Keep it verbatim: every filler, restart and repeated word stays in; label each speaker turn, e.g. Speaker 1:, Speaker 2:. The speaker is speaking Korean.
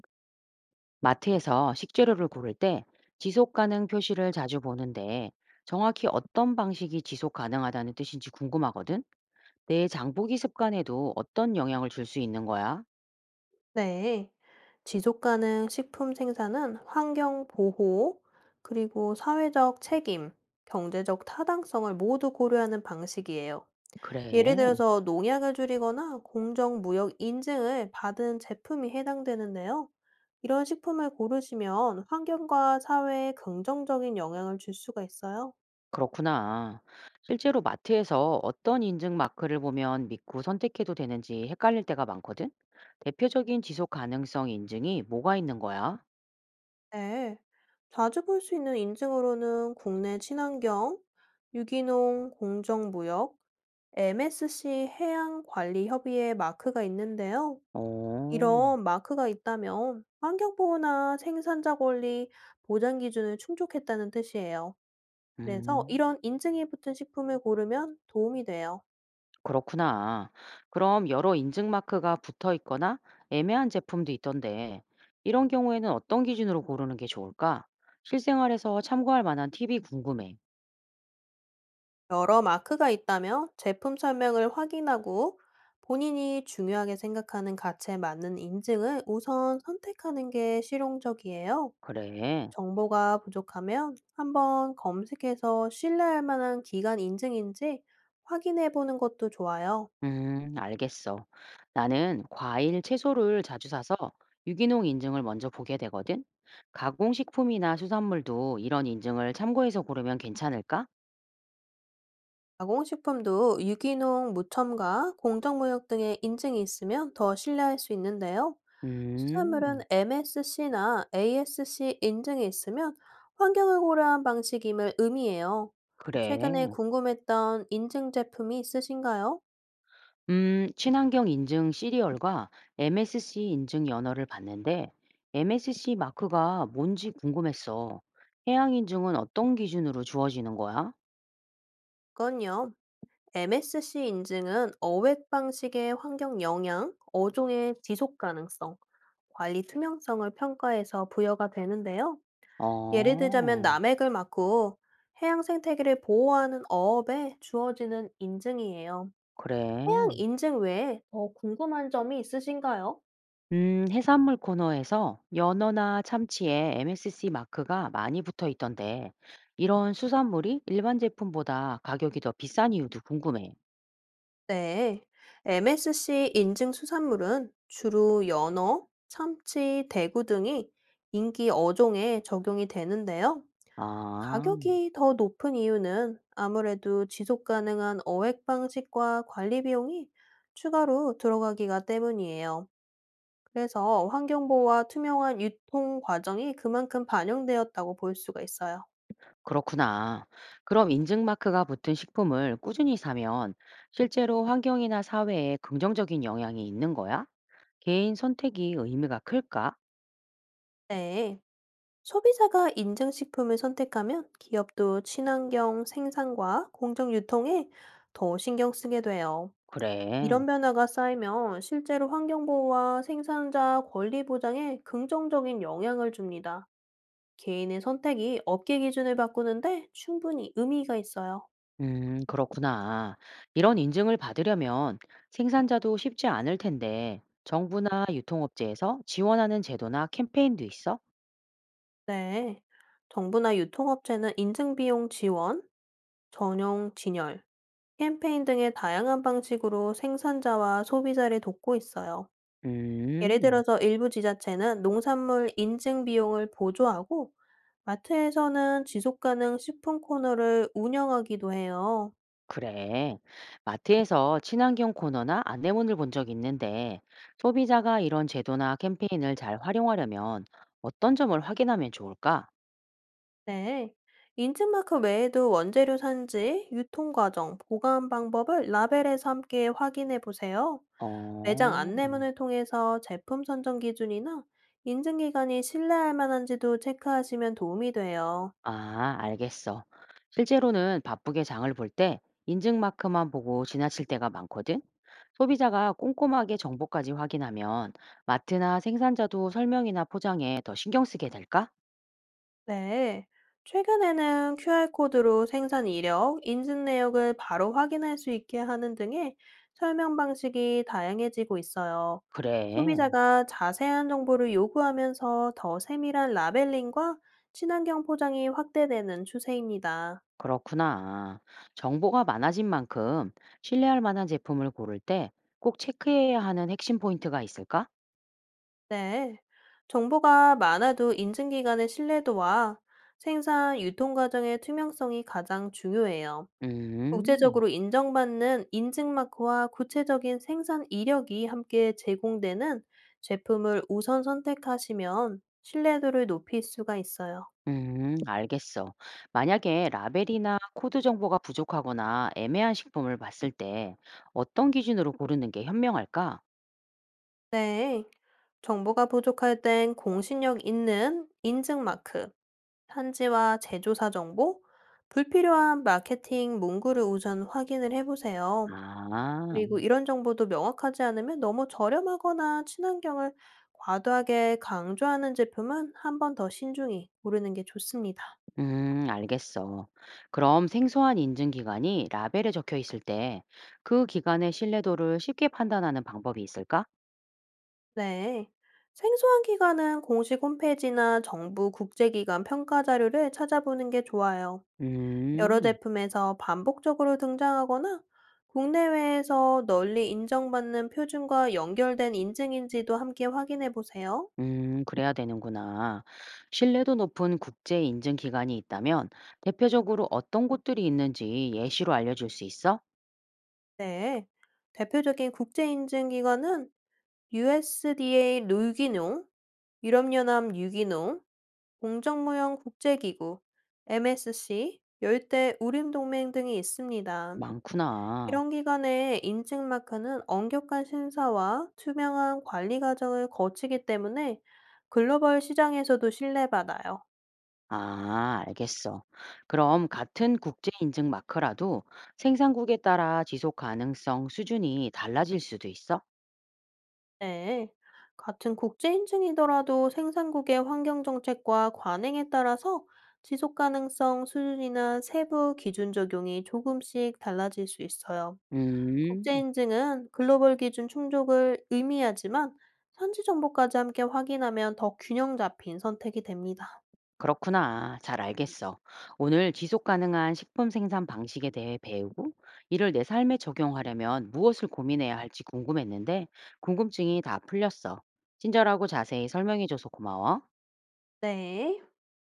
Speaker 1: 마트에서 식재료를 고를 때 지속 가능 표시를 자주 보는데 정확히 어떤 방식이 지속 가능하다는 뜻인지 궁금하거든? 내 장보기 습관에도 어떤 영향을 줄 수 있는 거야?
Speaker 2: 네. 지속 가능 식품 생산은 환경 보호, 그리고 사회적 책임, 경제적 타당성을 모두 고려하는 방식이에요. 예를
Speaker 1: 그래,
Speaker 2: 들어서 농약을 줄이거나 공정 무역 인증을 받은 제품이 해당되는데요. 이런 식품을 고르시면 환경과 사회에 긍정적인 영향을 줄 수가 있어요.
Speaker 1: 그렇구나. 실제로 마트에서 어떤 인증 마크를 보면 믿고 선택해도 되는지 헷갈릴 때가 많거든? 대표적인 지속 가능성 인증이 뭐가 있는 거야?
Speaker 2: 네. 자주 볼 수 있는 인증으로는 국내 친환경, 유기농, 공정무역, 엠에스씨 해양관리협의회 마크가 있는데요.
Speaker 1: 오,
Speaker 2: 이런 마크가 있다면 환경보호나 생산자 권리 보장 기준을 충족했다는 뜻이에요. 그래서
Speaker 1: 음,
Speaker 2: 이런 인증이 붙은 식품을 고르면 도움이 돼요.
Speaker 1: 그렇구나. 그럼 여러 인증 마크가 붙어 있거나 애매한 제품도 있던데, 이런 경우에는 어떤 기준으로 고르는 게 좋을까? 실생활에서 참고할 만한 팁이 궁금해.
Speaker 2: 여러 마크가 있다면 제품 설명을 확인하고 본인이 중요하게 생각하는 가치에 맞는 인증을 우선 선택하는 게 실용적이에요.
Speaker 1: 그래.
Speaker 2: 정보가 부족하면 한번 검색해서 신뢰할 만한 기관 인증인지 확인해 보는 것도 좋아요.
Speaker 1: 음, 알겠어. 나는 과일, 채소를 자주 사서 유기농 인증을 먼저 보게 되거든. 가공식품이나 수산물도 이런 인증을 참고해서 고르면 괜찮을까?
Speaker 2: 가공식품도 유기농 무첨가, 공정무역 등의 인증이 있으면 더 신뢰할 수 있는데요. 수산물은
Speaker 1: 음,
Speaker 2: 엠에스씨나 에이에스씨 인증이 있으면 환경을 고려한 방식임을 의미해요.
Speaker 1: 그래.
Speaker 2: 최근에 궁금했던 인증 제품이 있으신가요?
Speaker 1: 음, 친환경 인증 시리얼과 엠에스씨 인증 연어를 봤는데 엠에스씨 마크가 뭔지 궁금했어. 해양 인증은 어떤 기준으로 주어지는 거야?
Speaker 2: 그건요. 엠에스씨 인증은 어획 방식의 환경 영향, 어종의 지속 가능성, 관리 투명성을 평가해서 부여가 되는데요. 예를 들자면
Speaker 1: 어,
Speaker 2: 남획을 막고 해양 생태계를 보호하는 어업에 주어지는 인증이에요. 해양
Speaker 1: 그래.
Speaker 2: 인증 외에 더 궁금한 점이 있으신가요?
Speaker 1: 음, 해산물 코너에서 연어나 참치에 엠에스씨 마크가 많이 붙어 있던데 이런 수산물이 일반 제품보다 가격이 더 비싼 이유도 궁금해.
Speaker 2: 네. 엠에스씨 인증 수산물은 주로 연어, 참치, 대구 등이 인기 어종에 적용이 되는데요.
Speaker 1: 아,
Speaker 2: 가격이 더 높은 이유는 아무래도 지속 가능한 어획 방식과 관리 비용이 추가로 들어가기가 때문이에요. 그래서 환경보호와 투명한 유통 과정이 그만큼 반영되었다고 볼 수가 있어요.
Speaker 1: 그렇구나. 그럼 인증마크가 붙은 식품을 꾸준히 사면 실제로 환경이나 사회에 긍정적인 영향이 있는 거야? 개인 선택이 의미가 클까?
Speaker 2: 네. 소비자가 인증식품을 선택하면 기업도 친환경 생산과 공정 유통에 더 신경 쓰게 돼요.
Speaker 1: 그래.
Speaker 2: 이런 변화가 쌓이면 실제로 환경보호와 생산자 권리 보장에 긍정적인 영향을 줍니다. 개인의 선택이 업계 기준을 바꾸는데 충분히 의미가 있어요.
Speaker 1: 음, 그렇구나. 이런 인증을 받으려면 생산자도 쉽지 않을 텐데 정부나 유통업체에서 지원하는 제도나 캠페인도 있어?
Speaker 2: 네. 정부나 유통업체는 인증비용 지원, 전용 진열, 캠페인 등의 다양한 방식으로 생산자와 소비자를 돕고 있어요. 예를
Speaker 1: 음,
Speaker 2: 들어서 일부 지자체는 농산물 인증 비용을 보조하고, 마트에서는 지속가능 식품 코너를 운영하기도 해요.
Speaker 1: 그래. 마트에서 친환경 코너나 안내문을 본 적 있는데 소비자가 이런 제도나 캠페인을 잘 활용하려면 어떤 점을 확인하면 좋을까?
Speaker 2: 네. 인증마크 외에도 원재료 산지, 유통과정, 보관 방법을 라벨에서 함께 확인해 보세요. 매장
Speaker 1: 어, 음,
Speaker 2: 안내문을 통해서 제품 선정 기준이나 인증기간이 신뢰할 만한지도 체크하시면 도움이 돼요.
Speaker 1: 아, 알겠어. 실제로는 바쁘게 장을 볼 때 인증 마크만 보고 지나칠 때가 많거든. 소비자가 꼼꼼하게 정보까지 확인하면 마트나 생산자도 설명이나 포장에 더 신경 쓰게 될까?
Speaker 2: 네. 최근에는 큐알코드로 생산 이력, 인증 내역을 바로 확인할 수 있게 하는 등의 설명 방식이 다양해지고 있어요.
Speaker 1: 그래.
Speaker 2: 소비자가 자세한 정보를 요구하면서 더 세밀한 라벨링과 친환경 포장이 확대되는 추세입니다.
Speaker 1: 그렇구나. 정보가 많아진 만큼 신뢰할 만한 제품을 고를 때 꼭 체크해야 하는 핵심 포인트가 있을까?
Speaker 2: 네. 정보가 많아도 인증 기관의 신뢰도와 생산 유통 과정의 투명성이 가장 중요해요.
Speaker 1: 음,
Speaker 2: 국제적으로 인정받는 인증 마크와 구체적인 생산 이력이 함께 제공되는 제품을 우선 선택하시면 신뢰도를 높일 수가 있어요.
Speaker 1: 음, 알겠어. 만약에 라벨이나 코드 정보가 부족하거나 애매한 식품을 봤을 때 어떤 기준으로 고르는 게 현명할까?
Speaker 2: 네. 정보가 부족할 땐 공신력 있는 인증 마크, 산지와 제조사 정보, 불필요한 마케팅 문구를 우선 확인을 해보세요.
Speaker 1: 아,
Speaker 2: 그리고 이런 정보도 명확하지 않으면 너무 저렴하거나 친환경을 과도하게 강조하는 제품은 한 번 더 신중히 고르는 게 좋습니다.
Speaker 1: 음, 알겠어. 그럼 생소한 인증 기간이 라벨에 적혀 있을 때 그 기간의 신뢰도를 쉽게 판단하는 방법이 있을까?
Speaker 2: 네. 생소한 기관은 공식 홈페이지나 정부 국제기관 평가 자료를 찾아보는 게 좋아요. 여러
Speaker 1: 음,
Speaker 2: 제품에서 반복적으로 등장하거나 국내외에서 널리 인정받는 표준과 연결된 인증인지도 함께 확인해 보세요.
Speaker 1: 음, 그래야 되는구나. 신뢰도 높은 국제 인증 기관이 있다면 대표적으로 어떤 곳들이 있는지 예시로 알려줄 수 있어?
Speaker 2: 네. 대표적인 국제 인증 기관은 유에스디에이 유기농, 유럽연합 유기농, 공정무역 국제기구, 엠에스씨, 열대 우림동맹 등이 있습니다.
Speaker 1: 많구나.
Speaker 2: 이런 기관의 인증 마크는 엄격한 심사와 투명한 관리 과정을 거치기 때문에 글로벌 시장에서도 신뢰받아요.
Speaker 1: 아, 알겠어. 그럼 같은 국제 인증 마크라도 생산국에 따라 지속 가능성 수준이 달라질 수도 있어?
Speaker 2: 네, 같은 국제 인증이더라도 생산국의 환경 정책과 관행에 따라서 지속 가능성 수준이나 세부 기준 적용이 조금씩 달라질 수 있어요.
Speaker 1: 음,
Speaker 2: 국제 인증은 글로벌 기준 충족을 의미하지만 현지 정보까지 함께 확인하면 더 균형 잡힌 선택이 됩니다.
Speaker 1: 그렇구나. 잘 알겠어. 오늘 지속 가능한 식품 생산 방식에 대해 배우고 이를 내 삶에 적용하려면 무엇을 고민해야 할지 궁금했는데 궁금증이 다 풀렸어. 친절하고 자세히 설명해줘서 고마워.
Speaker 2: 네.